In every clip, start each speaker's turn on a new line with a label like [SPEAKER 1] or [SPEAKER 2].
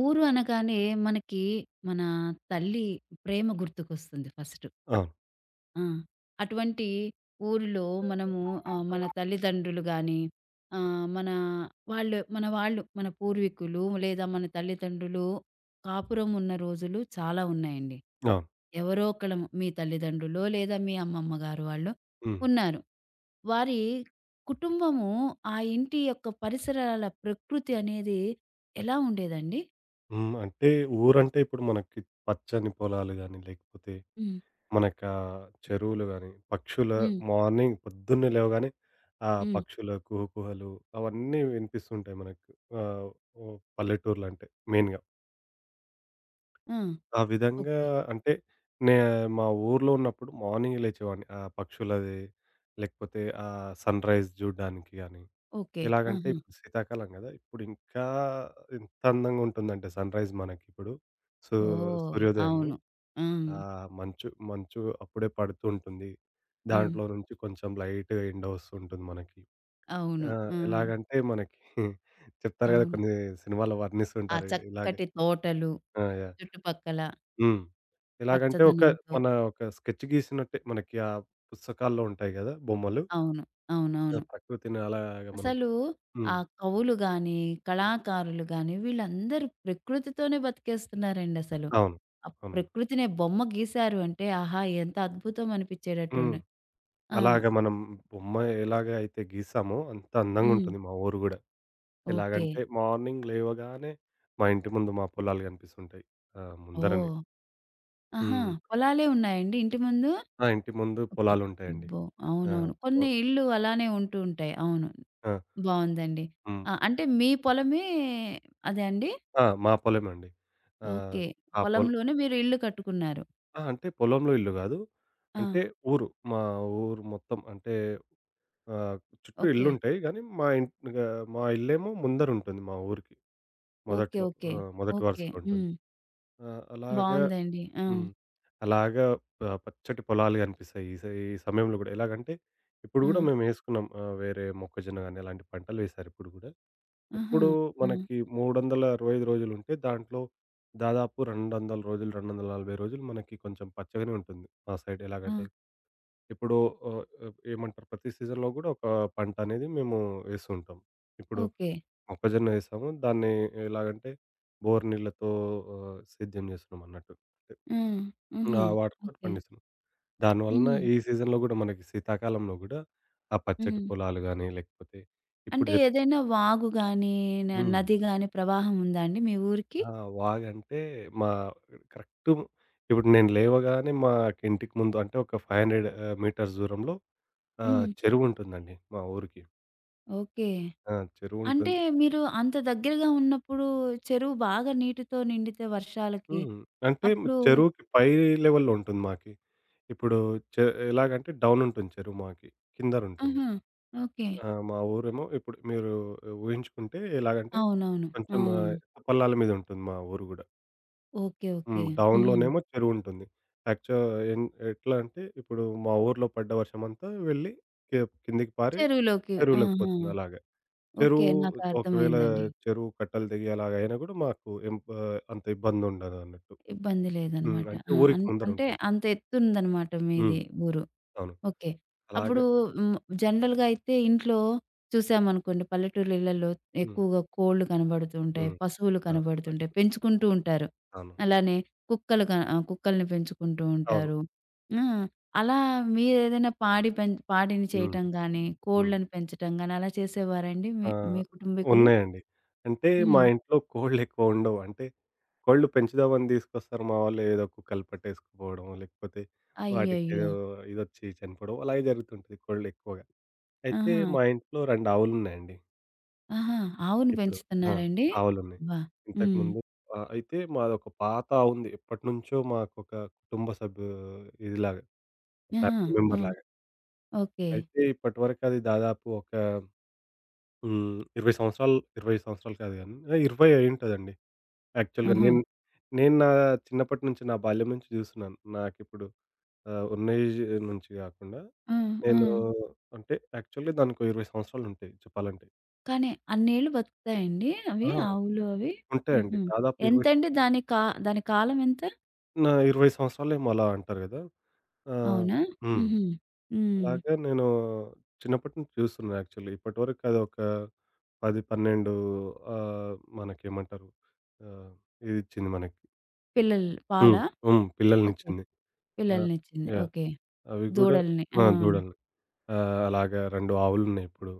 [SPEAKER 1] ఊరు అనగానే మనకి మన తల్లి ప్రేమ గుర్తుకొస్తుంది ఫస్ట్.
[SPEAKER 2] అవును.
[SPEAKER 1] ఆ! అటువంటి ఊరిలో మనము మన తల్లిదండ్రులు గాని, ఆహ్, మన వాళ్ళు మన వాళ్ళు మన పూర్వీకులు లేదా మన తల్లిదండ్రులు కాపురం ఉన్న రోజులు చాలా ఉన్నాయండి.
[SPEAKER 2] అవును.
[SPEAKER 1] ఎవరో ఒకళ్ళం మీ తల్లిదండ్రులో లేదా మీ అమ్మమ్మ గారు వాళ్ళు
[SPEAKER 2] హ్మ్.
[SPEAKER 1] ఉన్నారు. వారి కుటుంబము ఆ ఇంటి యొక్క పరిసరాల ప్రకృతి అనేది ఎలా ఉండేదండి?
[SPEAKER 2] హ్మ్. అంటే ఊరంటే ఇప్పుడు మనకి పచ్చని పొలాలు గాని, లేకపోతే
[SPEAKER 1] హ్మ్.
[SPEAKER 2] మనకా చెరువులు గాని, పక్షుల
[SPEAKER 1] హ్మ్.
[SPEAKER 2] మార్నింగ్ పొద్దున్నే లేవగానే ఆ
[SPEAKER 1] హ్మ్.
[SPEAKER 2] పక్షుల కుహుకుహలు అవన్నీ వినిపిస్తుంటాయి మనకు. ఆహ్, ఓ పల్లెటూర్లంటే మెయిన్‌గా.
[SPEAKER 1] ఆ!
[SPEAKER 2] ఆ విధంగా
[SPEAKER 1] ఓకే.
[SPEAKER 2] అంటే నే మా ఊర్లో ఉన్నప్పుడు మార్నింగ్ లేచేవాడిని. ఆ పక్షులది లేకపోతే ఆ సన్‌రైజ్ చూడ్డానికి గాని,
[SPEAKER 1] ఓకే.
[SPEAKER 2] ఎలాగంటే
[SPEAKER 1] ఆహా!
[SPEAKER 2] ఇప్పుడు శీతాకాలం గదా! ఇప్పుడు ఇంకా ఎంత అందంగా ఉంటుందంటే సన్‌రైజ్ మనకిప్పుడు. సూ
[SPEAKER 1] ఓహ్!
[SPEAKER 2] సూర్యోదయము.
[SPEAKER 1] అవును. ఆ!
[SPEAKER 2] ఆ మంచు మంచు అప్పుడే పడుతూ ఉంటుంది.
[SPEAKER 1] హ్మ్.
[SPEAKER 2] దాంట్లో నుంచి కొంచెం లైట్‌గా ఎండ వస్తూ ఉంటుంది మనకి.
[SPEAKER 1] అవును.
[SPEAKER 2] ఆ!
[SPEAKER 1] ఆ!
[SPEAKER 2] ఎలాగంటే మనకి చెప్తారు గదా!
[SPEAKER 1] అవును.
[SPEAKER 2] కొన్ని సినిమాల్లో
[SPEAKER 1] ఆ
[SPEAKER 2] వర్ణిస్తుంటారు. ఇలాగే.
[SPEAKER 1] చక్కటి తోటలు
[SPEAKER 2] ఆ! యాహ్!
[SPEAKER 1] చుట్టుపక్కల
[SPEAKER 2] హ్మ్. ఎలాగంటే
[SPEAKER 1] పచ్చదనంతో.
[SPEAKER 2] మన ఒక స్కెచ్ గీసినట్టే మనకి ఆ పుస్తకాల్లో ఉంటాయి గదా! బొమ్మలు.
[SPEAKER 1] అవును.
[SPEAKER 2] ఆ!
[SPEAKER 1] అవునవును.
[SPEAKER 2] ప్రకృతిని అలాగా మనం
[SPEAKER 1] అసలు ఆ
[SPEAKER 2] హ్మ్.
[SPEAKER 1] కవులు గాని, కళాకారులు గాని వీళ్ళందరూ ప్రకృతితోనే బతికేస్తున్నారండసలు.
[SPEAKER 2] అవును.
[SPEAKER 1] ఆ
[SPEAKER 2] అవునండి.
[SPEAKER 1] ప్రకృతినే బొమ్మ గీశారు అంటే ఆహా! ఎంత అద్భుతం
[SPEAKER 2] హ్మ్.
[SPEAKER 1] అనిపిచ్చేటట్టుండే. ఆ!
[SPEAKER 2] అలాగా మనం బొమ్మ ఎలాగ అయితే గీసామో అంత
[SPEAKER 1] హ్మ్.
[SPEAKER 2] అందంగుంటుంది మా ఊరు గూడా.
[SPEAKER 1] ఓకే.
[SPEAKER 2] ఎలాగంటే మార్నింగ్ లేవగానే మా ఇంటి ముందు మా పొలాలు గనిపిస్తుంటాయి. ఆ! ముందరనే.
[SPEAKER 1] ఓహ్! ఆహా!
[SPEAKER 2] హ్మ్.
[SPEAKER 1] పొలాలే ఉన్నాయండి ఇంటి ముందు?
[SPEAKER 2] ఆ! ఇంటి ముందు
[SPEAKER 1] ఒక
[SPEAKER 2] పొలాలుంటాయండి.
[SPEAKER 1] అబ్బో!
[SPEAKER 2] ఆ!
[SPEAKER 1] అవునవును.
[SPEAKER 2] పొ
[SPEAKER 1] కొన్ని ఇళ్ళు అలానే ఉంటూ ఉంటాయి. అవును.
[SPEAKER 2] ఆ!
[SPEAKER 1] బావుందండి.
[SPEAKER 2] హ్మ్.
[SPEAKER 1] ఆ! అంటే మీ పొలమే అదా అండి?
[SPEAKER 2] ఆ! మా పొలమండి. ఆహ్,
[SPEAKER 1] ఓకే.
[SPEAKER 2] ఆ పొల
[SPEAKER 1] పొలంలోనే మీరు ఇల్లు కట్టుకున్నారు.
[SPEAKER 2] ఆ! అంటే పొలంలో ఇల్లు గాదు.
[SPEAKER 1] ఆ!
[SPEAKER 2] అంటే ఊరు. మా ఊరు మొత్తం అంటే ఆహ్, చుట్టూ
[SPEAKER 1] ఓకే.
[SPEAKER 2] ఇళ్ళుంటాయి గానీ, మా ఇంట్ గా మా ఇల్లేమో ముందరుంటుంది మా ఊరికి.
[SPEAKER 1] ఓకే.
[SPEAKER 2] మొదట్లో.
[SPEAKER 1] ఓకే.
[SPEAKER 2] ఆ! మొదటి
[SPEAKER 1] ఓకే.
[SPEAKER 2] వరుసలో ఉంటుంది.
[SPEAKER 1] హ్మ్.
[SPEAKER 2] ఆ! అలాగా
[SPEAKER 1] బావుందండి. ఆ!
[SPEAKER 2] హ్మ్. అలాగా పచ్చటి పొలాలు గనిపిస్తాయి. ఈ సమయంలో గూడా. ఎలాగంటే ఇప్పుడు
[SPEAKER 1] ఆ!
[SPEAKER 2] గూడా మేమేసుకున్నాం. వేరే మొక్కజొన్న గానీ అలాంటి పంటలు వేశారిప్పుడు గూడా.
[SPEAKER 1] ఆహా!
[SPEAKER 2] ఎప్పుడూ
[SPEAKER 1] ఆ!
[SPEAKER 2] మనకి 365 రోజులుంటే, దాంట్లో దాదాపు 200 రోజులు, 240 రోజులు మనకి కొంచెం పచ్చగానే ఉంటుంది. మా సైడ్
[SPEAKER 1] ఆ!
[SPEAKER 2] ఎలాగంటే, ఇప్పుడు ఆహ్, ఆహ్, ఏమంటారు ప్రతి సీజన్‌లో గూడా ఒక పంట అనేది మేము వేస్తూ ఉంటాం. ఇప్పుడు
[SPEAKER 1] ఓకే.
[SPEAKER 2] మొక్కజొన్న వేసాము. దాన్ని ఎలాగంటే, బోరు నీళ్ళతో సేద్యం చేస్తున్నాం అన్నట్టు. అంటే
[SPEAKER 1] ఆ! ఆహా!
[SPEAKER 2] ఆ వాటర్‌తోటి
[SPEAKER 1] ఓకే.
[SPEAKER 2] పండిస్తున్నాం. దానివలన
[SPEAKER 1] హ్మ్.
[SPEAKER 2] ఈ సీజన్‌లో గూడా మనకి శీతాకాలంలో గూడా, ఆ పచ్చటి
[SPEAKER 1] హ్మ్.
[SPEAKER 2] పొలాలు గానీ, లేకపోతే ఇప్పుడు
[SPEAKER 1] అంటే ఏదైనా వాగు గాని,
[SPEAKER 2] హ్మ్.
[SPEAKER 1] నది గాని ప్రవాహం ఉందా అండి మీ ఊరికి?
[SPEAKER 2] ఆ! వాగంటే మా కరెక్ట్ ఇప్పుడు నేను లేవగానే మాకు ఇంటికి ముందు అంటే ఒక 500 మీటర్స్ దూరంలో
[SPEAKER 1] హ్మ్.
[SPEAKER 2] చెరువుంటుందండి మా ఊరికి.
[SPEAKER 1] ఓకే.
[SPEAKER 2] ఆ!
[SPEAKER 1] అంటే
[SPEAKER 2] చెరువుంటుంది.
[SPEAKER 1] మీరు అంత దగ్గరగా ఉన్నప్పుడు చెరువు బాగా నీటితో నిండితే వర్షాలకి
[SPEAKER 2] హ్మ్. అంటే
[SPEAKER 1] అప్పుడు
[SPEAKER 2] చెరువుకి పై లెవెల్‌లో ఉంటుంది మాకి. ఇప్పుడు చె ఎలాగంటే డౌన్ ఉంటుంది చెరువు మాకి. కిందనుంటుంది.
[SPEAKER 1] ఆహా! ఓకే.
[SPEAKER 2] ఆ! మా ఊరేమో ఇప్పుడు మీరు ఊహించుకుంటే ఎలాగంటే
[SPEAKER 1] అవునవును. ఆ!
[SPEAKER 2] కొంచెం పల్లాల మీద ఉంటుంది మా ఊరు గూడా.
[SPEAKER 1] ఓకే. ఓకే.
[SPEAKER 2] హ్మ్.
[SPEAKER 1] హుహు.
[SPEAKER 2] డౌన్‌లోనేమో చెరువుంటుంది. యాక్చు ఎన్ ఎట్లా అంటే ఇప్పుడు మా ఊర్లో పడ్డ వర్షమంతా వెళ్ళి కి కిందికి పారి
[SPEAKER 1] చెరువులోకి.
[SPEAKER 2] చెరువులోకి
[SPEAKER 1] ఆహా!
[SPEAKER 2] పోతుంది అలాగా.
[SPEAKER 1] ఓకే.
[SPEAKER 2] చెరువు
[SPEAKER 1] నాకు
[SPEAKER 2] ఒకవేళ
[SPEAKER 1] అర్థమైందండి.
[SPEAKER 2] చెరువు కట్టలు తెగి అలాగయినా గూడా మాకు ఏం అంత ఇబ్బందుండదన్నట్టు.
[SPEAKER 1] ఇబ్బంది
[SPEAKER 2] హ్మ్.
[SPEAKER 1] లేదనమాట.
[SPEAKER 2] అంటే
[SPEAKER 1] ఆ!
[SPEAKER 2] ఊరికి
[SPEAKER 1] అంటే
[SPEAKER 2] ముందరుంటుంది.
[SPEAKER 1] అంత ఎత్తుందనమాట మీది
[SPEAKER 2] హ్మ్.
[SPEAKER 1] ఊరు.
[SPEAKER 2] అవును.
[SPEAKER 1] ఓకే.
[SPEAKER 2] అలాగే.
[SPEAKER 1] అప్పుడు హ్మ్. జనరల్‌గా అయితే ఇంట్లో చూసామనుకోండి పల్లెటూర్ల ఇళ్లల్లో
[SPEAKER 2] హ్మ్.
[SPEAKER 1] ఎక్కువగా కోళ్ళు కనబడుతూ ఉంటాయి.
[SPEAKER 2] హ్మ్.
[SPEAKER 1] పశువులు
[SPEAKER 2] ఆ!
[SPEAKER 1] కనబడుతుంటాయి.
[SPEAKER 2] వర్షాలు.
[SPEAKER 1] పెంచుకుంటూ ఉంటారు.
[SPEAKER 2] అవును.
[SPEAKER 1] అలానే కుక్కలు కుక్కల్ని పెంచుకుంటూ
[SPEAKER 2] అవును.
[SPEAKER 1] ఉంటారు. ఆ! అలా మీరేదైనా పాడి పాడిని
[SPEAKER 2] హ్మ్.
[SPEAKER 1] చేయటం గాని,
[SPEAKER 2] హ్మ్.
[SPEAKER 1] కోళ్ళని పెంచటం గాని అలా చేసేవారండి మీ
[SPEAKER 2] ఆ!
[SPEAKER 1] మీ కుటుంబీకులు?
[SPEAKER 2] ఉన్నాయండి. అంటే మా
[SPEAKER 1] హ్మ్.
[SPEAKER 2] ఇంట్లో కోళ్ళెక్కువ ఉండవు. అంటే కోళ్ళు పెంచుదామని తీసుకొస్తారు మా వాళ్ళు. ఏదో కుక్కలు పట్టేసుకుపోవడం, లేకపోతే
[SPEAKER 1] అయ్యయ్యో!
[SPEAKER 2] వాటికేదో ఇదొచ్చి చనిపోవడం అలాగే జరుగుతుంటది కోళ్ళు ఎక్కువగా. అయితే
[SPEAKER 1] ఆహా!
[SPEAKER 2] మా ఇంట్లో 2 ఆవులున్నాయండి
[SPEAKER 1] ఆహా! ఆవును
[SPEAKER 2] ఇప్పుడు. ఆ!
[SPEAKER 1] పెంచుతున్నారండి?
[SPEAKER 2] ఆవులున్నాయి.
[SPEAKER 1] అబ్బా! హ్మ్.
[SPEAKER 2] ఇంతకుముందు అయితే మాదొక పాత ఆవుంది. ఎప్పటినుంచో మాకొక కుటుంబ సభ్యు ఇదిలాగా
[SPEAKER 1] ఆహా!
[SPEAKER 2] ఫ్యామిలీ
[SPEAKER 1] ఆ!
[SPEAKER 2] మెంబర్‌లాగా.
[SPEAKER 1] ఓకే.
[SPEAKER 2] అయితే ఇప్పటివరకు అది దాదాపు ఒక హ్మ్. 20 సంవత్సరాలు, కాదు గానీ, 20 అయ్యుంటదండి. యాక్చువల్‌గా
[SPEAKER 1] ఆహా!
[SPEAKER 2] నేను నా చిన్నప్పటి నుంచి నా బాల్యం నుంచి చూస్తున్నాను. నాకిప్పుడు ఉన్న ఏజ్ నుంచి గాకుండా
[SPEAKER 1] ఆ! ఆ!
[SPEAKER 2] నేను అంటే యాక్చువల్‌గా దానికో 20 సంవత్సరాలుంటాయి చెప్పాలంటే.
[SPEAKER 1] కానీ అన్నేళ్ళు బతుకుతాయండి అవి?
[SPEAKER 2] ఆ!
[SPEAKER 1] ఆవులు అవి?
[SPEAKER 2] ఉంటాయండి.
[SPEAKER 1] హుహు.
[SPEAKER 2] దాదాపు 20 సం
[SPEAKER 1] ఎంతండి దాని కాలం ఎంత?
[SPEAKER 2] నా 20 సంవత్సరాలేమో అలా అంటారు గదా! ఆ!
[SPEAKER 1] అవునా?
[SPEAKER 2] హ్మ్.
[SPEAKER 1] హుహు. హ్మ్.
[SPEAKER 2] అలాగే నేను చిన్నప్పటి నుంచి చూస్తున్నా యాక్చువల్లీ. ఇప్పటివరకు అదొక 10, 12 ఆహ్, మనకేమంటారు ఆహ్, ఇదిచ్చింది మనకి.
[SPEAKER 1] పిల్లలు
[SPEAKER 2] హ్మ్.
[SPEAKER 1] పాలా?
[SPEAKER 2] హ్మ్.
[SPEAKER 1] ఓకే.
[SPEAKER 2] పిల్లలనిచ్చింది. ఆ!
[SPEAKER 1] పిల్లలనిచ్చింది.
[SPEAKER 2] యాహ్!
[SPEAKER 1] ఓకే.
[SPEAKER 2] అవి గూడా
[SPEAKER 1] దూడల్ని. ఆ!
[SPEAKER 2] ఆ! దూడలు. అలాగా 2 ఆవులున్నాయి ఇప్పుడు.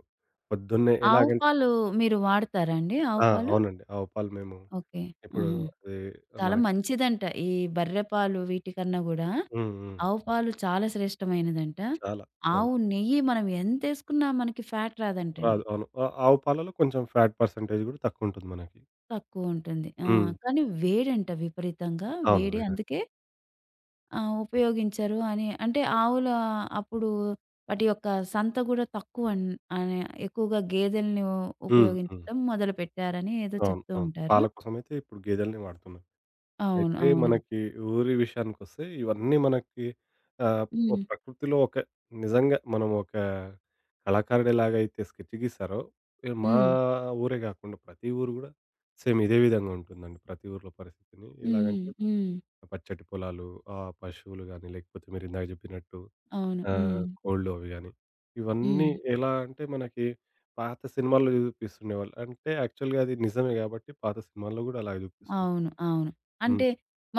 [SPEAKER 2] పొద్దున్నే
[SPEAKER 1] ఆవు
[SPEAKER 2] ఎలాగంటే
[SPEAKER 1] పాలు మీరు వాడతారా అండి? ఆవు
[SPEAKER 2] ఆ!
[SPEAKER 1] పాలు?
[SPEAKER 2] అవునండి. ఆవు పాలు మేము
[SPEAKER 1] ఓకే.
[SPEAKER 2] ఇప్పుడు
[SPEAKER 1] ఆహా!
[SPEAKER 2] అది
[SPEAKER 1] చాలా
[SPEAKER 2] మనకి.
[SPEAKER 1] మంచిదంట. ఈ బర్రె పాలు వీటికన్నా గూడా
[SPEAKER 2] హ్మ్. హ్మ్.
[SPEAKER 1] ఆవు పాలు చాలా శ్రేష్టమైనదంట.
[SPEAKER 2] చాలా. అవును.
[SPEAKER 1] ఆవు నెయ్యి మనం ఎంతేసుకున్నా మనకి ఫ్యాట్ రాదంటండి.
[SPEAKER 2] రాదు. అవును. ఆ ఆవు పాలలో కొంచెం ఫ్యాట్ పర్సెంటేజ్ గూడా తక్కువుంటుంది మనకి.
[SPEAKER 1] తక్కువుంటుంది. ఆ!
[SPEAKER 2] హ్మ్.
[SPEAKER 1] కానీ వేడంట విపరీతంగా
[SPEAKER 2] అవును.
[SPEAKER 1] వేడి.
[SPEAKER 2] వేడంట.
[SPEAKER 1] అందుకే ఉపయోగించరు అని అంటే ఆవుల అప్పుడు వాటి యొక్క సంత గూడా అని ఎక్కువగా గేదెల్ని
[SPEAKER 2] హ్మ్. హ్మ్.
[SPEAKER 1] ఉపయోగించడం మొదలుపెట్టారని ఏదో
[SPEAKER 2] అవును.
[SPEAKER 1] చెప్తూ
[SPEAKER 2] అవును.
[SPEAKER 1] ఉంటారు.
[SPEAKER 2] పాల కోసమైతే ఇప్పుడు గేదెలనే వాడుతున్నాం.
[SPEAKER 1] అవును.
[SPEAKER 2] అయితే
[SPEAKER 1] అవును.
[SPEAKER 2] మనకి ఊరి విషయానికొస్తే ఇవన్నీ మనకి ఆహ్, ఓ
[SPEAKER 1] హ్మ్.
[SPEAKER 2] ప్రకృతిలో ఒక నిజంగా మనం ఒక కళాకారుడు ఎలాగైతే స్కెచ్ గీసారో, మా
[SPEAKER 1] హ్మ్.
[SPEAKER 2] ఊరే గాకుండా ప్రతి ఊరు గూడా సేమ్ ఇదే విధంగా ఉంటుందండి. ప్రతి ఊర్లో పరిస్థితిని
[SPEAKER 1] హుహు.
[SPEAKER 2] ఎలాగంటే
[SPEAKER 1] హ్మ్.
[SPEAKER 2] పచ్చటి పొలాలు, పశువులు గాని, లేకపోతే మీరిందాక జెప్పినట్టు
[SPEAKER 1] అవును. హ్మ్.
[SPEAKER 2] కోళ్ళు అవి గాని, ఇవన్నీ
[SPEAKER 1] హ్మ్.
[SPEAKER 2] ఎలా అంటే మనకి పాత సినిమాల్లో జూపిస్తుండేవాళ్ళు. అంటే యాక్చువల్‌గా అది నిజమే గాబట్టి పాత సినిమాల్లో గూడా అలాగే జూపిస్తుంటారు.
[SPEAKER 1] అవును. అవును.
[SPEAKER 2] హ్మ్.
[SPEAKER 1] అంటే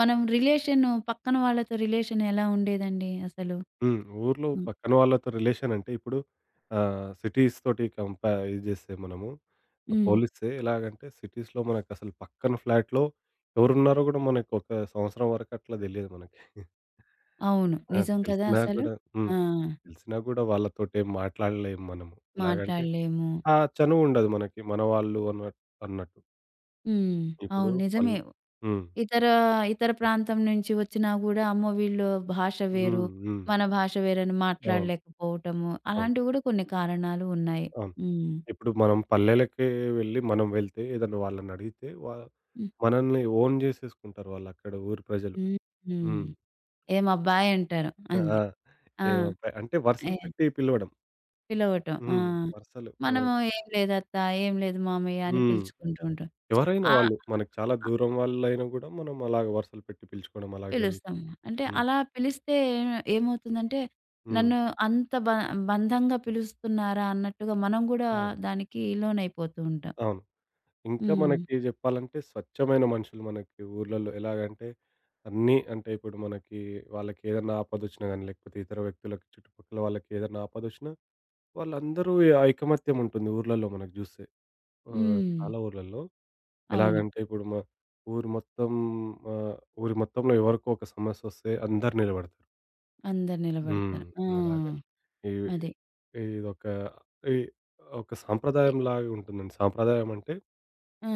[SPEAKER 1] మనం రిలేషను పక్కన వాళ్ళతో రిలేషన్ ఎలా ఉండేదండి అసలు?
[SPEAKER 2] హ్మ్. ఊర్లో
[SPEAKER 1] హ్మ్.
[SPEAKER 2] పక్కన వాళ్ళతో రిలేషన్ అంటే ఇప్పుడు సిటీస్ తోటి కంపా ఇది చేస్తే మనము
[SPEAKER 1] హ్మ్.
[SPEAKER 2] పోలిస్తే ఎలాగంటే సిటీస్‌లో మనకసలు పక్కన ఫ్లాట్‌లో ఎవరున్నారో గూడా మనకొక సంవత్సరం వరకు అట్లా తెలియదు మనకి.
[SPEAKER 1] అవును.
[SPEAKER 2] ఆ!
[SPEAKER 1] నిజం కదా
[SPEAKER 2] తెలిసినా
[SPEAKER 1] అసలు.
[SPEAKER 2] గూడా. హ్మ్.
[SPEAKER 1] ఆ!
[SPEAKER 2] తెలిసినా గూడా వాళ్ళతోటేం మాట్లాడలేము మనము. ఎలాగంటే
[SPEAKER 1] మాట్లాడలేము.
[SPEAKER 2] ఆ చనువుండదు మనకి. మన వాళ్ళు అన్నట్టు.
[SPEAKER 1] హ్మ్.
[SPEAKER 2] ఇప్పుడు
[SPEAKER 1] అవును.
[SPEAKER 2] పల్
[SPEAKER 1] నిజమే.
[SPEAKER 2] హ్మ్.
[SPEAKER 1] ఇతర, ఇతర ప్రాంతం నుంచి వచ్చినా గూడా అమ్మో! వీళ్ళు భాష వేరు,
[SPEAKER 2] హ్మ్. హ్మ్.
[SPEAKER 1] మన భాష వేరని
[SPEAKER 2] అవును.
[SPEAKER 1] మాట్లాడలేకపోవటము.
[SPEAKER 2] అవును.
[SPEAKER 1] అలాంటివి గూడా కొన్ని కారణాలు ఉన్నాయి.
[SPEAKER 2] అవును.
[SPEAKER 1] హ్మ్.
[SPEAKER 2] ఇప్పుడు మనం పల్లెలకే వెళ్ళి మనం వెళ్తే ఏదన్నా వాళ్ళని అడిగితే
[SPEAKER 1] హ్మ్.
[SPEAKER 2] మనల్ని ఓన్ జేసేసుకుంటారు వాళ్ళు అక్కడ ఊరి ప్రజలు.
[SPEAKER 1] హ్మ్. హ్మ్.
[SPEAKER 2] హ్మ్.
[SPEAKER 1] ఏమబ్బాయి అంటారు.
[SPEAKER 2] ఆ!
[SPEAKER 1] అంతే. ఆ!
[SPEAKER 2] ఏమో అంటే
[SPEAKER 1] ఏ
[SPEAKER 2] వరుసలు పెట్టి పిలవడం.
[SPEAKER 1] పిలవటం. ఆ!
[SPEAKER 2] హ్మ్. వరుసలు. హ్మ్.
[SPEAKER 1] మనము ఏం లేదత్తా, ఏం లేదు మామయ్య అని
[SPEAKER 2] హ్మ్.
[SPEAKER 1] పిలుచుకుంటూ ఉంటాం.
[SPEAKER 2] ఎవరైనా
[SPEAKER 1] ఆ!
[SPEAKER 2] వాళ్ళు మనకు చాలా దూరం వాళ్ళైనా గూడా మనం అలాగ వరుసలు పెట్టి పిలుచుకోవడం అలాగ జరుగుతుంది.
[SPEAKER 1] పిలుస్తాము. అంటే
[SPEAKER 2] హ్మ్.
[SPEAKER 1] అలా పిలిస్తే ఏమవుతుందంటే,
[SPEAKER 2] హ్మ్.
[SPEAKER 1] నన్ను అంత బ బంధంగా పిలుస్తున్నారా అన్నట్టుగా మనం గూడా
[SPEAKER 2] అవును.
[SPEAKER 1] దానికి లోనైపోతూ ఉంటాం.
[SPEAKER 2] అవును. ఇంకా
[SPEAKER 1] హ్మ్.
[SPEAKER 2] మనకి జెప్పాలంటే స్వచ్ఛమైన మనుషులు మనకి ఊర్లలో ఎలాగంటే అన్నీ అంటే ఇప్పుడు మనకి వాళ్ళకేదన్నా ఆపదొచ్చినా గానీ, లేకపోతే ఇతర వ్యక్తులకి చుట్టుపక్కల వాళ్ళకేదన్నా ఆపదొచ్చినా వాళ్ళందరూ ఈ ఐకమత్యం ఉంటుంది ఊర్లలో మనకు జూస్తే.
[SPEAKER 1] హ్మ్.
[SPEAKER 2] చాలా ఊర్లలో.
[SPEAKER 1] అవును.
[SPEAKER 2] ఎలాగంటే ఇప్పుడు ఊరు మొత్తం ఆహ్, ఊరి మొత్తంలో ఎవరికో ఒక సమస్యొస్తే అందరూ నిలబడతారు.
[SPEAKER 1] అందరు
[SPEAKER 2] హ్మ్.
[SPEAKER 1] నిలబడతారు. ఆ!
[SPEAKER 2] అలాగే. ఇవి
[SPEAKER 1] అదే.
[SPEAKER 2] ఇదొక ఈ ఒక
[SPEAKER 1] ఎ
[SPEAKER 2] సాంప్రదాయంలాగా ఉంటుందండి. సాంప్రదాయం అంటే
[SPEAKER 1] ఆ!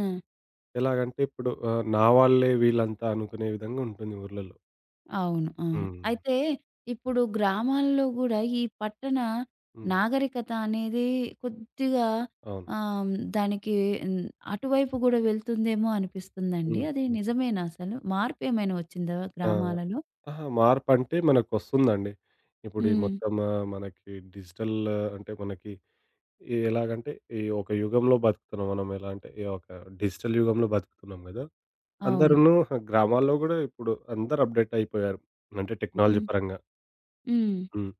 [SPEAKER 2] ఎలాగంటే ఇప్పుడు నా వాళ్ళే వీళ్ళంతా అనుకునే విధంగా ఉంటుంది ఊర్లలో.
[SPEAKER 1] అవును. అవును.
[SPEAKER 2] హ్మ్.
[SPEAKER 1] అయితే ఇప్పుడు గ్రామాల్లో గూడా ఈ పట్టణ
[SPEAKER 2] హ్మ్.
[SPEAKER 1] నాగరికత అనేది కొద్దిగా
[SPEAKER 2] అవును.
[SPEAKER 1] ఆహ్, దానికి హ్మ్. అటువైపు గూడా వెళ్తుందేమో అనిపిస్తుందండి.
[SPEAKER 2] హ్మ్.
[SPEAKER 1] అది
[SPEAKER 2] హ్మ్.
[SPEAKER 1] నిజమేనా అసలు? మార్పేమైనా వచ్చిందా
[SPEAKER 2] ఆ!
[SPEAKER 1] గ్రామాలలో?
[SPEAKER 2] అహా! మార్పంటే మనకొస్తుందండి. ఇప్పుడు ఈ
[SPEAKER 1] హ్మ్.
[SPEAKER 2] మొత్తం మనకి డిజిటల్ అంటే మనకి ఎలాగంటే ఈ ఒక యుగంలో బతుకుతున్నాం మనం. ఎలా అంటే ఈ ఒక డిజిటల్ యుగంలో బతుకుతున్నాం గదా!
[SPEAKER 1] అవును.
[SPEAKER 2] అందరూను గ్రామాల్లో గూడా ఇప్పుడు అందరూ అప్‌డేట్ అయిపోయారు. అంటే టెక్నాలజీ
[SPEAKER 1] హ్మ్.
[SPEAKER 2] పరంగా.
[SPEAKER 1] హ్మ్.
[SPEAKER 2] హ్మ్.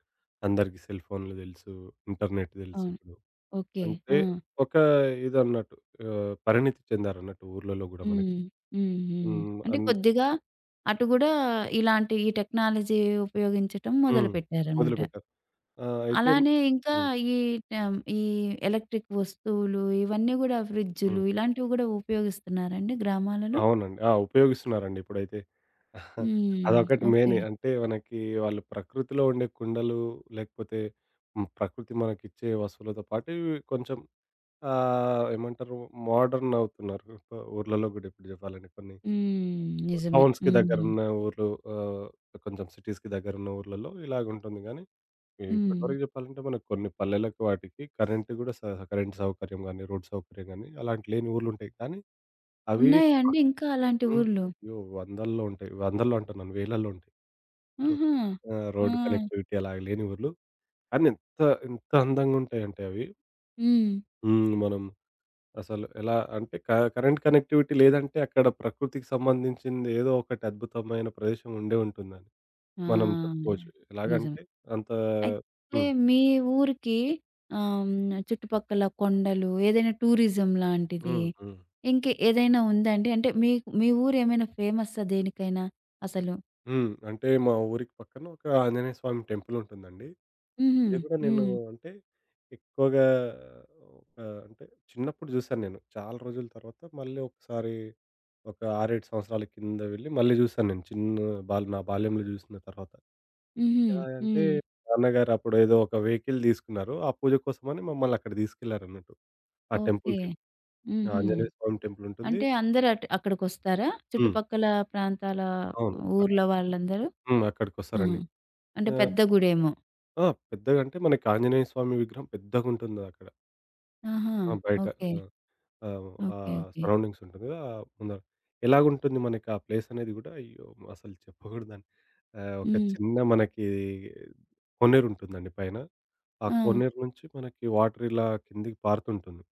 [SPEAKER 2] అందరికీ సెల్ ఫోన్‌లు తెలుసు. ఇంటర్నెట్
[SPEAKER 1] అవును.
[SPEAKER 2] తెలుసిప్పుడు.
[SPEAKER 1] ఓకే.
[SPEAKER 2] అంటే
[SPEAKER 1] ఆ!
[SPEAKER 2] ఒక ఇదన్నట్టు పరిణితి చెందారన్నట్టు ఊర్లలో గూడా మనకి.
[SPEAKER 1] హ్మ్. హ్మ్. హ్మ్.
[SPEAKER 2] హ్మ్.
[SPEAKER 1] అంటే
[SPEAKER 2] అన్
[SPEAKER 1] కొద్దిగా అటు గూడా ఇలాంటి ఈ టెక్నాలజీ ఉపయోగించటం
[SPEAKER 2] హ్మ్.
[SPEAKER 1] మొదలుపెట్టారనమాట.
[SPEAKER 2] మొదలుపెట్టారు. ఆ! అయితే
[SPEAKER 1] అలానే ఇంకా
[SPEAKER 2] హ్మ్.
[SPEAKER 1] ఈ ఈ ఎలక్ట్రిక్ వస్తువులు ఇవన్నీ గూడా ఫ్రిడ్జులు
[SPEAKER 2] హ్మ్.
[SPEAKER 1] ఇలాంటివి గూడా ఉపయోగిస్తున్నారండి గ్రామాలలో?
[SPEAKER 2] అవునండి. ఆ! ఉపయోగిస్తున్నారండి ఇప్పుడైతే.
[SPEAKER 1] హ్మ్.
[SPEAKER 2] అదొకటి
[SPEAKER 1] ఓకే.
[SPEAKER 2] మెయిన్. అంటే మనకి వాళ్ళు ప్రకృతిలో ఉండే కుండలు లేకపోతే హ్మ్. ప్రకృతి మనకిచ్చే వస్తువులతో పాటు ఇవి కొంచెం ఏమంటారు మోడర్న్ అవుతున్నారు. ఊర్లలో గూడా ఇప్పుడు జెప్పాలంటే కొన్ని
[SPEAKER 1] హ్మ్. నిజమే.
[SPEAKER 2] టౌన్స్‌కి
[SPEAKER 1] హ్మ్.
[SPEAKER 2] దగ్గరున్న ఊర్లు ఆహ్, కొంచెం సిటీస్‌కి దగ్గరున్న ఊర్లలో ఇలాగుంటుంది గానీ
[SPEAKER 1] హ్మ్.
[SPEAKER 2] ఇప్పటివరకు చెప్పాలంటే మనకు కొన్ని పల్లెలకు వాటికి కరెంట్ గూడా కరెంట్ సౌకర్యం గానీ, రోడ్ సౌకర్యం గానీ అలాంటి లేని ఊర్లుంటాయి. కానీ అవి
[SPEAKER 1] ఉన్నాయా అండి ఇంకా అలాంటి
[SPEAKER 2] హ్మ్.
[SPEAKER 1] ఊర్లు?
[SPEAKER 2] అయ్యో! వందల్లో ఉంటాయి. వందల్లో అంటున్నాను, వేలల్లో ఉంటాయి.
[SPEAKER 1] ఆహా!
[SPEAKER 2] ఆ!
[SPEAKER 1] ఆ!
[SPEAKER 2] రోడ్ కనెక్టివిటీ అలాగ లేని ఊర్లు. కానీ ఎంత ఎంత అందంగుంటాయంటే అవి.
[SPEAKER 1] హ్మ్.
[SPEAKER 2] హ్మ్. మనం అసలు ఎలా అంటే కరెంట్ కనెక్టివిటీ లేదంటే అక్కడ ప్రకృతికి సంబంధించింది ఏదో ఒకటి అద్భుతమైన ప్రదేశం ఉండే ఉంటుందని మనం
[SPEAKER 1] ఆ!
[SPEAKER 2] చెప్పుకోవచ్చు.
[SPEAKER 1] నిజమే.
[SPEAKER 2] ఎలాగంటే అంత.
[SPEAKER 1] అయితే
[SPEAKER 2] హ్మ్.
[SPEAKER 1] మీ ఊరికి ఆహ్, హ్మ్. చుట్టుపక్కల కొండలు ఏదైనా టూరిజం లాంటిది
[SPEAKER 2] హ్మ్. హ్మ్.
[SPEAKER 1] ఇంక ఏదైనా ఉందా అండి? అంటే మీ మీ ఊరు ఏమైనా ఫేమస్సా దేనికైనా అసలు?
[SPEAKER 2] హ్మ్. అంటే మా ఊరికి పక్కన ఒక ఆంజనేయ స్వామి టెంపుల్ ఉంటుందండి.
[SPEAKER 1] హుహు.
[SPEAKER 2] ఇది కూడా నేను
[SPEAKER 1] హ్మ్.
[SPEAKER 2] అంటే ఎక్కువగా ఒక అంటే చిన్నప్పుడు చూసాను నేను. చాలా రోజుల తర్వాత మళ్ళీ ఒకసారి ఒక 6, 7 సంవత్సరాల కింద వెళ్లి మళ్ళీ చూసాను నేను. చిన్న బాల్ నా బాల్యంలో చూసిన తర్వాత.
[SPEAKER 1] హుహు.
[SPEAKER 2] ఎలాగంటే
[SPEAKER 1] హ్మ్.
[SPEAKER 2] నాన్నగారు అప్పుడు ఏదో ఒక వెహికల్ తీసుకున్నారు. ఆ పూజ కోసమని మమ్మల్ని అక్కడ తీసుకెళ్లారన్నట్టు. ఆ
[SPEAKER 1] ఓకే.
[SPEAKER 2] టెంపుల్‌కి.
[SPEAKER 1] హుహు.
[SPEAKER 2] ఆంజనేయ స్వామి టెంపుల్ ఉంటుంది.
[SPEAKER 1] అంటే అందరూ అటు అక్కడికొస్తారా?
[SPEAKER 2] హ్మ్.
[SPEAKER 1] చుట్టుపక్కల ప్రాంతాల
[SPEAKER 2] అవును.
[SPEAKER 1] ఊర్ల వాళ్ళందరూ?
[SPEAKER 2] హ్మ్.
[SPEAKER 1] ఆ!
[SPEAKER 2] అక్కడికొస్తారండి.
[SPEAKER 1] అంటే
[SPEAKER 2] ఆహ్,
[SPEAKER 1] పెద్ద గుడేమో.
[SPEAKER 2] ఆ! ఆ, పెద్దగా అంటే మనకి ఆంజనేయ స్వామి విగ్రహం పెద్దగుంటుంది అక్కడ.
[SPEAKER 1] ఆహా!
[SPEAKER 2] ఆ! బయట.
[SPEAKER 1] ఓకే.
[SPEAKER 2] ఆ! ఆహ్, ఆ
[SPEAKER 1] ఓకే. ఓకే.
[SPEAKER 2] సరౌండింగ్స్ ఉంటుంది కదా! ఆ ముందర. ఎలాగుంటుంది మనకి ఆ ప్లేస్ అనేది గూడా అయ్యో! అసలు చెప్పకూడదండి. ఒక
[SPEAKER 1] హ్మ్.
[SPEAKER 2] చిన్న మనకి కోనేరు ఉంటుందండి పైన. ఆ
[SPEAKER 1] ఆ!
[SPEAKER 2] కోనేరు నుంచి మనకి వాటర్ ఇలా కిందకి పారుతుంటుంది.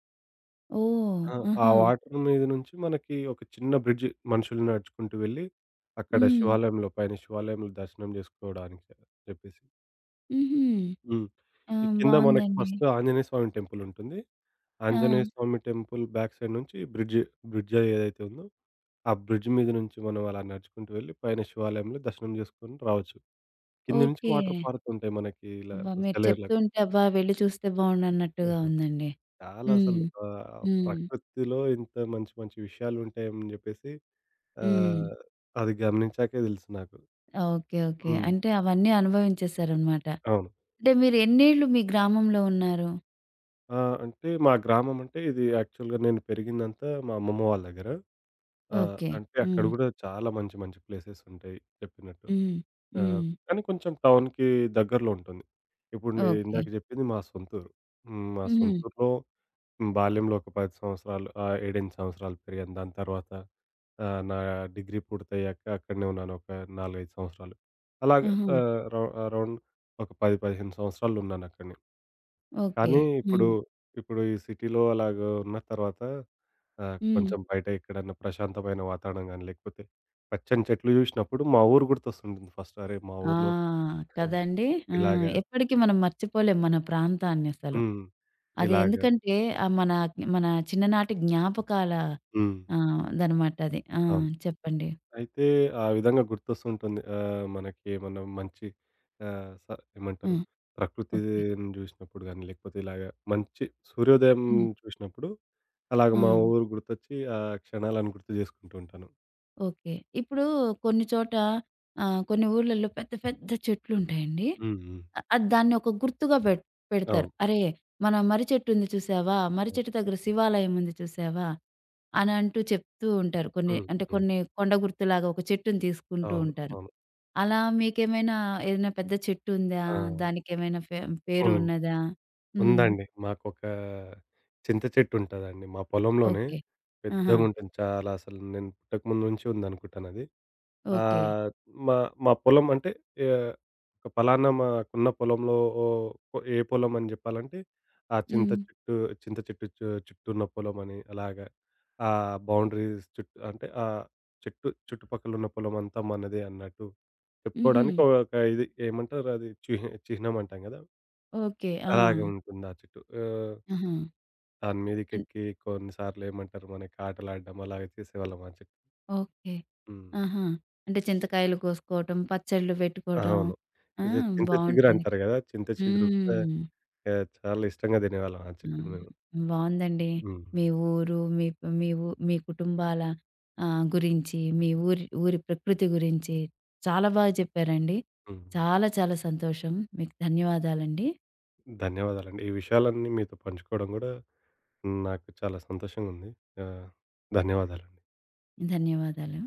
[SPEAKER 1] ఓహ్!
[SPEAKER 2] ఆ ఆ
[SPEAKER 1] ఆహా!
[SPEAKER 2] వాటర్ మీద నుంచి మనకి ఒక చిన్న బ్రిడ్జ్ మనుషులు నడుచుకుంటూ వెళ్ళి అక్కడ
[SPEAKER 1] హ్మ్.
[SPEAKER 2] శివాలయంలో, పైన శివాలయంలో దర్శనం చేసుకోవడానికి చెప్పేసి.
[SPEAKER 1] హుహు.
[SPEAKER 2] హ్మ్.
[SPEAKER 1] ఆ!
[SPEAKER 2] ఈ కింద మనకి
[SPEAKER 1] బావుందండి.
[SPEAKER 2] ఫస్ట్ ఆంజనేయ స్వామి టెంపులుంటుంది.
[SPEAKER 1] ఆ!
[SPEAKER 2] Anjaneya Swamy temple back side నుంచి బ్రిడ్జ్, బ్రిడ్జ్ ఏదైతే ఉందో, ఆ బ్రిడ్జ్ మీద నుంచి మనం అలా నడుచుకుంటూ వెళ్లి పైన శివాలయంలో దర్శనం చేసుకొని రావచ్చు. కింద నుంచి
[SPEAKER 1] ఓకే.
[SPEAKER 2] వాటర్ పారుతుంటాయి మనకి ఇలా
[SPEAKER 1] అబ్బా! మీరు
[SPEAKER 2] సెలయేరులాగా.
[SPEAKER 1] చెప్తుంటే అబ్బా! వెళ్లి చూస్తే బావుండన్నట్టుగా ఉందండి.
[SPEAKER 2] చాలా అసలు
[SPEAKER 1] హ్మ్. హ్మ్.
[SPEAKER 2] ప్రకృతిలో ఇంత మంచి మంచి విషయాలుంటాయని జెప్పేసి,
[SPEAKER 1] హ్మ్.
[SPEAKER 2] ఆహ్, అది గమనించాకే తెలుసు నాకు.
[SPEAKER 1] ఓకే. ఓకే.
[SPEAKER 2] హ్మ్.
[SPEAKER 1] అంటే అవన్నీ అనుభవించేసారనమాట.
[SPEAKER 2] అవును.
[SPEAKER 1] అంటే మీరు ఎన్నేళ్ళు మీ గ్రామంలో ఉన్నారు?
[SPEAKER 2] ఆ! అంటే మా గ్రామం అంటే ఇది యాక్చువల్‌గా నేను పెరిగిందంతా మా అమ్మమ్మ వాళ్ళ దగ్గర. ఆ!
[SPEAKER 1] ఓకే.
[SPEAKER 2] అంటే అక్కడ
[SPEAKER 1] హ్మ్.
[SPEAKER 2] గూడా చాలా మంచి మంచి ప్లేసెస్ ఉంటాయి చెప్పినట్టు.
[SPEAKER 1] హ్మ్.
[SPEAKER 2] ఆహ్,
[SPEAKER 1] హ్మ్.
[SPEAKER 2] కానీ కొంచెం టౌన్‌కి దగ్గరలో ఉంటుంది. ఇప్పుడు నేను
[SPEAKER 1] ఓకే.
[SPEAKER 2] ఇందాక జెప్పింది మా సొంతూరు. హ్మ్. మా
[SPEAKER 1] హుహు.
[SPEAKER 2] సొంతూరులో బాల్యంలో ఒక 10 సంవత్సరాలు, 7, 8 సంవత్సరాలు పెరిగాను. దాని తర్వాత నా డిగ్రీ పూర్తయ్యాక అక్కడనే ఉన్నాను ఒక 4, 5 సంవత్సరాలు. అలాగా
[SPEAKER 1] ఆహా!
[SPEAKER 2] ఆహ్, రౌ అరౌండ్ ఒక 10, 15 సంవత్సరాలున్నానక్కడనే.
[SPEAKER 1] ఓకే.
[SPEAKER 2] కానీ ఇప్పుడు,
[SPEAKER 1] హ్మ్.
[SPEAKER 2] ఇప్పుడు ఈ సిటీలో అలాగా ఉన్న తర్వాత
[SPEAKER 1] హ్మ్.
[SPEAKER 2] కొంచెం బయట ఎక్కడన్నా ప్రశాంతమైన వాతావరణం గాని, లేకపోతే పచ్చని చెట్లు చూసినప్పుడు మా ఊరు గుర్తొస్తుంటుంది ఫస్ట్. అరే! మా
[SPEAKER 1] ఆ!
[SPEAKER 2] ఊర్లో ఆ,
[SPEAKER 1] కదండీ! ఆ!
[SPEAKER 2] ఇలాగా.
[SPEAKER 1] ఎప్పటికి మనం మర్చిపోలేం మన ప్రాంతాన్నసలు.
[SPEAKER 2] హ్మ్.
[SPEAKER 1] అది
[SPEAKER 2] ఇలాగా.
[SPEAKER 1] ఎందుకంటే ఆహ్, మన మన చిన్ననాటి జ్ఞాపకాల
[SPEAKER 2] హ్మ్.
[SPEAKER 1] దనమాట అది. ఆ!
[SPEAKER 2] అవును.
[SPEAKER 1] చెప్పండి.
[SPEAKER 2] అయితే ఆ విధంగా గుర్తొస్తుంటుంది. మనకి ఏమన్నా మంచి ఆహ్, స
[SPEAKER 1] ఆ!
[SPEAKER 2] ఏమంటారు
[SPEAKER 1] ఓకే.
[SPEAKER 2] ప్రకృతిని చూసినప్పుడు గాని, లేకపోతే ఇలాగా మంచి సూర్యోదయం
[SPEAKER 1] హ్మ్.
[SPEAKER 2] చూసినప్పుడు అలాగ
[SPEAKER 1] ఆ!
[SPEAKER 2] మా ఊరు గుర్తొచ్చి ఆ క్షణాలను గుర్తు చేసుకుంటూ ఉంటాను.
[SPEAKER 1] ఓకే. ఇప్పుడు కొన్ని చోట కొన్ని ఊర్లలో పెద్ద పెద్ద చెట్లుంటాయండి.
[SPEAKER 2] హ్మ్. హ్మ్.
[SPEAKER 1] అది దాన్ని ఒక గుర్తుగా పెడతారు.
[SPEAKER 2] అవును.
[SPEAKER 1] అరే! మన మర్రి చెట్టు ఉంది చూసావా? మర్రి
[SPEAKER 2] అవును.
[SPEAKER 1] చెట్టు దగ్గర శివాలయం ఉంది చూసావా? అని అంటూ చెప్తూ ఉంటారు. కొన్ని
[SPEAKER 2] హ్మ్.
[SPEAKER 1] అంటే
[SPEAKER 2] హ్మ్.
[SPEAKER 1] కొన్ని కొండ గుర్తులాగా ఒక చెట్టుని తీసుకుంటూ
[SPEAKER 2] అవును.
[SPEAKER 1] ఉంటారు.
[SPEAKER 2] అవును.
[SPEAKER 1] అలా మీకేమైనా ఏదైనా పెద్ద చెట్టు ఉందా?
[SPEAKER 2] ఆ!
[SPEAKER 1] దానికేమైనా పేరు
[SPEAKER 2] ఉన్
[SPEAKER 1] ఉన్నదా? హ్మ్.
[SPEAKER 2] ఉందండి. మాకొక చింత చెట్టుంటదండి మా పొలంలోనే.
[SPEAKER 1] ఓకే. ఆహా!
[SPEAKER 2] పెద్దగుంటుంది చాలా, అసలు నేను పుట్టకముందు నుంచి ఉందనుకుంటానది.
[SPEAKER 1] ఓకే.
[SPEAKER 2] ఆహ్, మా మా పొలం అంటే ఆహ్, ఒక పలానా మాకున్న పొలంలో ఓహ్, ఏ పొలం అని జెప్పాలంటే, ఆ చింత
[SPEAKER 1] హ్మ్.
[SPEAKER 2] చెట్టు చింత చెట్టు చుట్టూ ఉన్న పొలమని అలాగా. ఆ బౌండరీస్ చుట్టూ అంటే ఆ చెట్టు చుట్టుపక్కలున్న పొలమంతా మనదే అన్నట్టు
[SPEAKER 1] హుహు.
[SPEAKER 2] చెప్పుకోవడానికి ఒక ఇది ఏమంటారు అది చిహ్నం అంటాం గదా!
[SPEAKER 1] ఓకే. ఆ!
[SPEAKER 2] అలాగే ఉంటుంది ఆ చెట్టు.
[SPEAKER 1] ఆహా!
[SPEAKER 2] దాని మీదకెక్కి కొన్నిసార్లు ఏమంటారు మనకి ఆటలాడడం అలాగే చేసేవాళ్ళం ఆ చెట్టు.
[SPEAKER 1] ఓకే.
[SPEAKER 2] హ్మ్.
[SPEAKER 1] ఆహా! అంటే చింతకాయలు కోసుకోవటం, పచ్చళ్ళు పెట్టుకోవడం.
[SPEAKER 2] అవును.
[SPEAKER 1] ఆ!
[SPEAKER 2] ఇది చింత
[SPEAKER 1] బావుంటుంది.
[SPEAKER 2] చిగురంటారు గదా! చింత చిగురు కూడా
[SPEAKER 1] హ్మ్.
[SPEAKER 2] చాలా ఇష్టంగా తినేవాళ్ళం ఆ
[SPEAKER 1] అవును.
[SPEAKER 2] చెట్టుది మేము.
[SPEAKER 1] బావుందండి.
[SPEAKER 2] హ్మ్.
[SPEAKER 1] మీ ఊరు, మీ కుటుంబాల ఆహ్, గురించి, మీ ఊరి ఊరి ప్రకృతి గురించి చాలా బాగా చెప్పారండి.
[SPEAKER 2] హ్మ్.
[SPEAKER 1] చాలా చాలా సంతోషం. మీకు ధన్యవాదాలండి.
[SPEAKER 2] ధన్యవాదాలండి. ఈ విషయాలన్నీ మీతో పంచుకోవడం గూడా నాకు చాలా సంతోషంగుంది. ఆహ్, ధన్యవాదాలండి.
[SPEAKER 1] ధన్యవాదాలు.